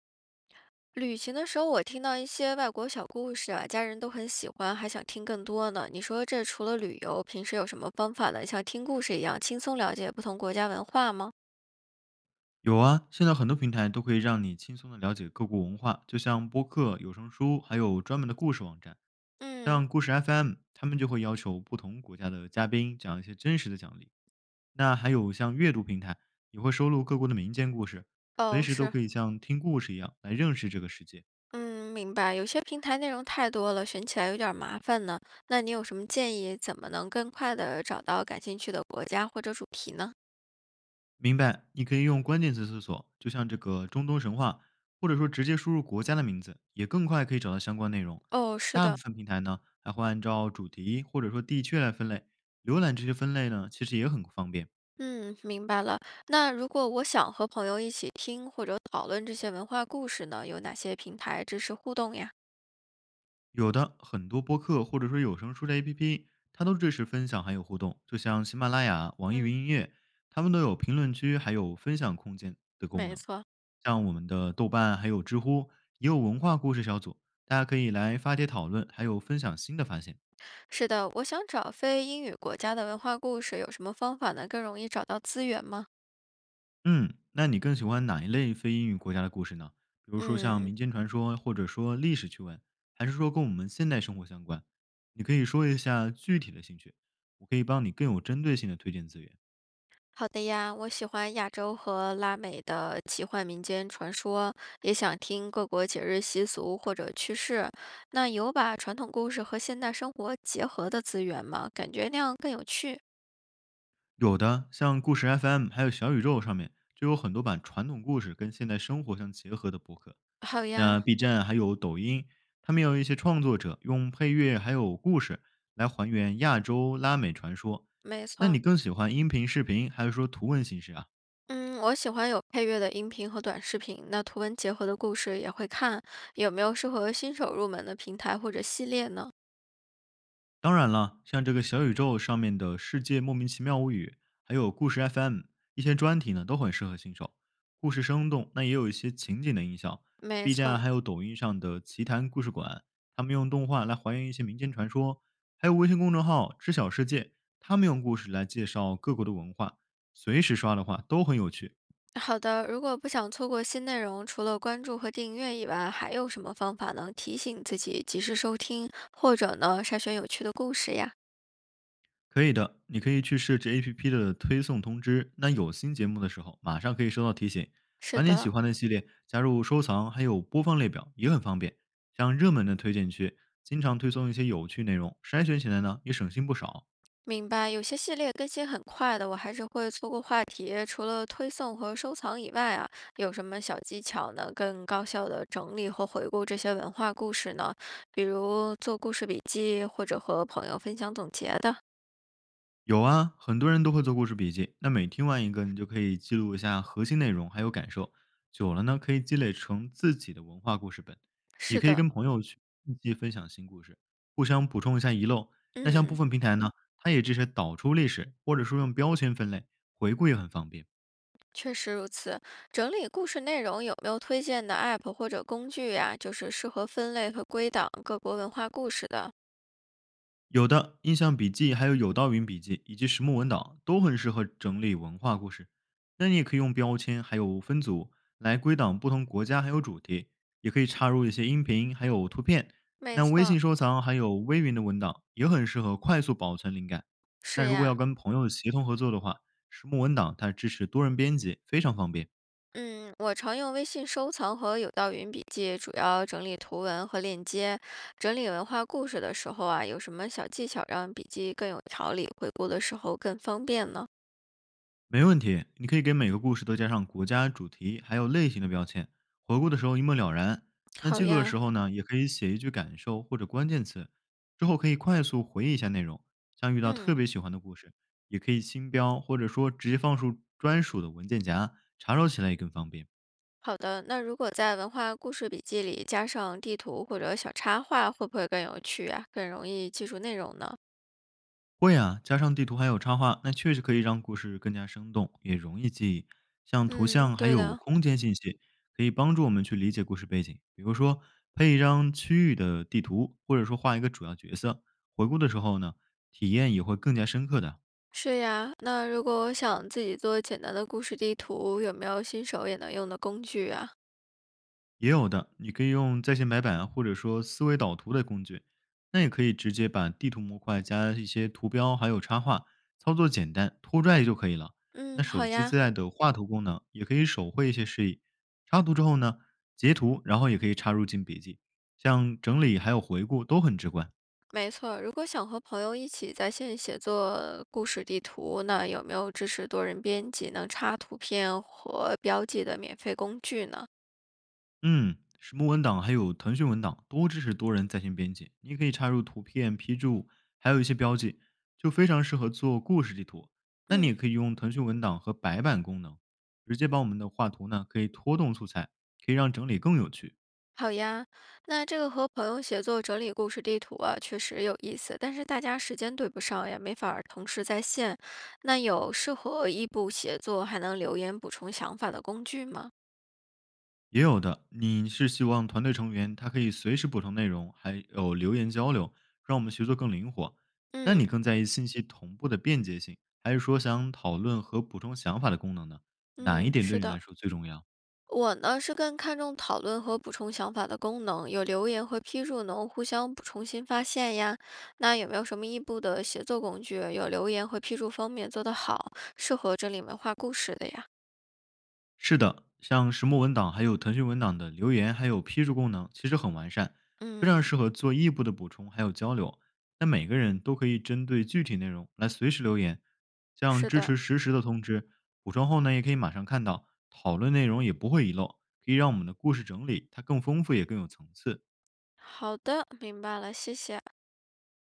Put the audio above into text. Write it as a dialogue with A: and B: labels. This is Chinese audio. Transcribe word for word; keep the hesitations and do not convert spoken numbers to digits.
A: 旅行的时候，我听到一些外国小故事啊，家人都很喜欢，还想听更多呢。你说这除了旅游，平时有什么方法呢？像听故事一样轻松了解不同国家文化吗？
B: 有啊，现在很多平台都可以让你轻松的了解各国文化，就像播客、有声书，还有专门的故事网站，
A: 嗯，
B: 像故事 F M，他们就会要求不同国家的嘉宾讲一些真实的奖励。那还有像阅读平台，也会收录各国的民间故事，随
A: 哦，
B: 时都
A: 是，
B: 可以像听故事一样来认识这个世界。
A: 嗯，明白。有些平台内容太多了，选起来有点儿麻烦呢。那你有什么建议，怎么能更快的找到感兴趣的国家或者主题呢？
B: 明白，你可以用关键词搜索，就像这个中东神话，或者说直接输入国家的名字，也更快可以找到相关内容。
A: 哦，是
B: 大部
A: 的，
B: 分平台呢还会按照主题或者说地区来分类，浏览这些分类呢其实也很方便。
A: 嗯，明白了。那如果我想和朋友一起听或者讨论这些文化故事呢，有哪些平台支持互动呀？
B: 有的很多播客或者说有声书的 A P P，它都支持分享还有互动，就像喜马拉雅、网易
A: 嗯。
B: 云音乐，它们都有评论区还有分享空间的功
A: 没
B: 能。
A: 错，
B: 像我们的豆瓣还有知乎，也有文化故事小组，大家可以来发帖讨论，还有分享新的发现。
A: 是的，我想找非英语国家的文化故事，有什么方法呢？更容易找到资源吗？
B: 嗯，那你更喜欢哪一类非英语国家的故事呢？比如说像
A: 嗯，
B: 民间传说，或者说历史趣闻，还是说跟我们现代生活相关？你可以说一下具体的兴趣，我可以帮你更有针对性的推荐资源。
A: 好的呀，我喜欢亚洲和拉美的奇幻民间传说，也想听各国节日习俗或者趣事。那有把传统故事和现代生活结合的资源吗？感觉那样更有趣。
B: 有的，像故事 F M 还有小宇宙上面就有很多版传统故事跟现代生活相结合的播客。
A: 好
B: 那
A: 呀，
B: B 站还有抖音，他们有一些创作者用配乐还有故事来还原亚洲拉美传说。
A: 没
B: 那你
A: 错。
B: 更喜欢音频、视频还是说图文形式啊？
A: 嗯，我喜欢有配乐的音频和短视频，那图文结合的故事也会看。有没有适合新手入门的平台或者系列呢？
B: 当然了，像这个小宇宙上面的《世界莫名其妙物语》，还有故事 F M 一些专题呢，都很适合新手。故事生动，那也有一些情景的音效。
A: 没
B: B 站啊
A: 错。
B: 还有抖音上的奇谈故事馆，他们用动画来还原一些民间传说；还有微信公众号“知晓世界”，他们用故事来介绍各国的文化。随时刷的话都很有趣。
A: 好的，如果不想错过新内容，除了关注和订阅以外，还有什么方法能提醒自己及时收听，或者呢，筛选有趣的故事呀？
B: 可以的，你可以去设置 A P P 的推送通知，那有新节目的时候，马上可以收到提醒。
A: 是
B: 把你
A: 的，
B: 喜欢的系列加入收藏，还有播放列表也很方便。像热门的推荐区，经常推送一些有趣内容，筛选起来呢也省心不少。
A: 明白。有些系列更新很快的，我还是会错过话题。除了推送和收藏以外啊，有什么小技巧呢？更高效的整理和回顾这些文化故事呢？比如做故事笔记，或者和朋友分享总结的。
B: 有啊，很多人都会做故事笔记。那每听完一个，你就可以记录一下核心内容还有感受。久了呢，可以积累成自己的文化故事本，也
A: 是
B: 可以
A: 的，
B: 跟朋友去一起分享新故事，互相补充一下遗漏。那像部
A: 嗯。
B: 分平台呢，它也支持导出历史，或者说用标签分类，回顾也很方便。
A: 确实如此，整理故事内容有没有推荐的 A P P 或者工具呀？就是适合分类和归档各国文化故事的。
B: 有的印象笔记，还有有道云笔记以及石墨文档都很适合整理文化故事。那你也可以用标签还有分组来归档不同国家还有主题，也可以插入一些音频还有图片。
A: 没
B: 那微
A: 错，
B: 信收藏还有微云的文档也很适合快速保存灵感。但
A: 是
B: 如果要
A: 呀。
B: 跟朋友协同合作的话，石墨文档它支持多人编辑，非常方便。
A: 嗯，我常用微信收藏和有道云笔记，主要整理图文和链接。整理文化故事的时候啊，有什么小技巧让笔记更有条理，回顾的时候更方便呢？
B: 没问题，你可以给每个故事都加上国家、主题还有类型的标签，回顾的时候一目了然。那
A: 好
B: 记录的
A: 呀，
B: 时候呢，也可以写一句感受或者关键词，之后可以快速回忆一下内容。像遇到
A: 嗯，
B: 特别喜欢的故事，也可以新标或者说直接放入专属的文件夹，查找起来也更方便。
A: 好的。那如果在文化故事笔记里加上地图或者小插画，会不会更有趣啊？更容易记住内容呢？
B: 会啊，加上地图还有插画，那确实可以让故事更加生动，也容易记忆。像图
A: 嗯，
B: 像还
A: 对
B: 有
A: 的，
B: 空间信息，可以帮助我们去理解故事背景。比如说，配一张区域的地图，或者说画一个主要角色，回顾的时候呢，体验也会更加深刻的。
A: 是呀。那如果我想自己做简单的故事地图，有没有新手也能用的工具啊？
B: 也有的，你可以用在线白板或者说思维导图的工具，那也可以直接把地图模块加一些图标还有插画，操作简单，拖拽就可以了。那
A: 嗯，好
B: 手机
A: 呀，
B: 自带的画图功能也可以手绘一些示意，插图之后呢，截图，然后也可以插入进笔记，像整理还有回顾都很直观。
A: 没错。如果想和朋友一起在线写作故事地图，那有没有支持多人编辑、能插图片和标记的免费工具呢？
B: 嗯，石墨文档还有腾讯文档都支持多人在线编辑，你可以插入图片、批注，还有一些标记，就非常适合做故事地图。那你
A: 嗯。
B: 也可以用腾讯文档和白板功能，直接把我们的画图呢可以拖动素材，可以让整理更有趣。
A: 好呀，那这个和朋友协作整理故事地图啊，确实有意思，但是大家时间对不上呀，没法儿同时在线。那有适合异步协作还能留言补充想法的工具吗？
B: 也有的你是希望团队成员他可以随时补充内容，还有留言交流，让我们协作更灵活。那
A: 嗯
B: 你更在意信息同步的便捷性，还是说想讨论和补充想法的功能呢？哪一
A: 嗯，
B: 点对
A: 是
B: 你
A: 的，
B: 来说最重要？
A: 我呢是更看重讨论和补充想法的功能，有留言和批注能互相补充新发现呀。那有没有什么异步的协作工具，有留言和批注方面做得好，适合整理文化故事的呀？
B: 是的，像石墨文档、还有腾讯文档的留言，还有批注功能，其实很完善，非常
A: 嗯
B: 适合做异步的补充还有交流。那每个人都可以针对具体内容来随时留言，像
A: 是
B: 支
A: 的。
B: 持实时的通知，补充后呢也可以马上看到，讨论内容也不会遗漏，可以让我们的故事整理它更丰富也更有层次。
A: 好的，明白了，谢谢。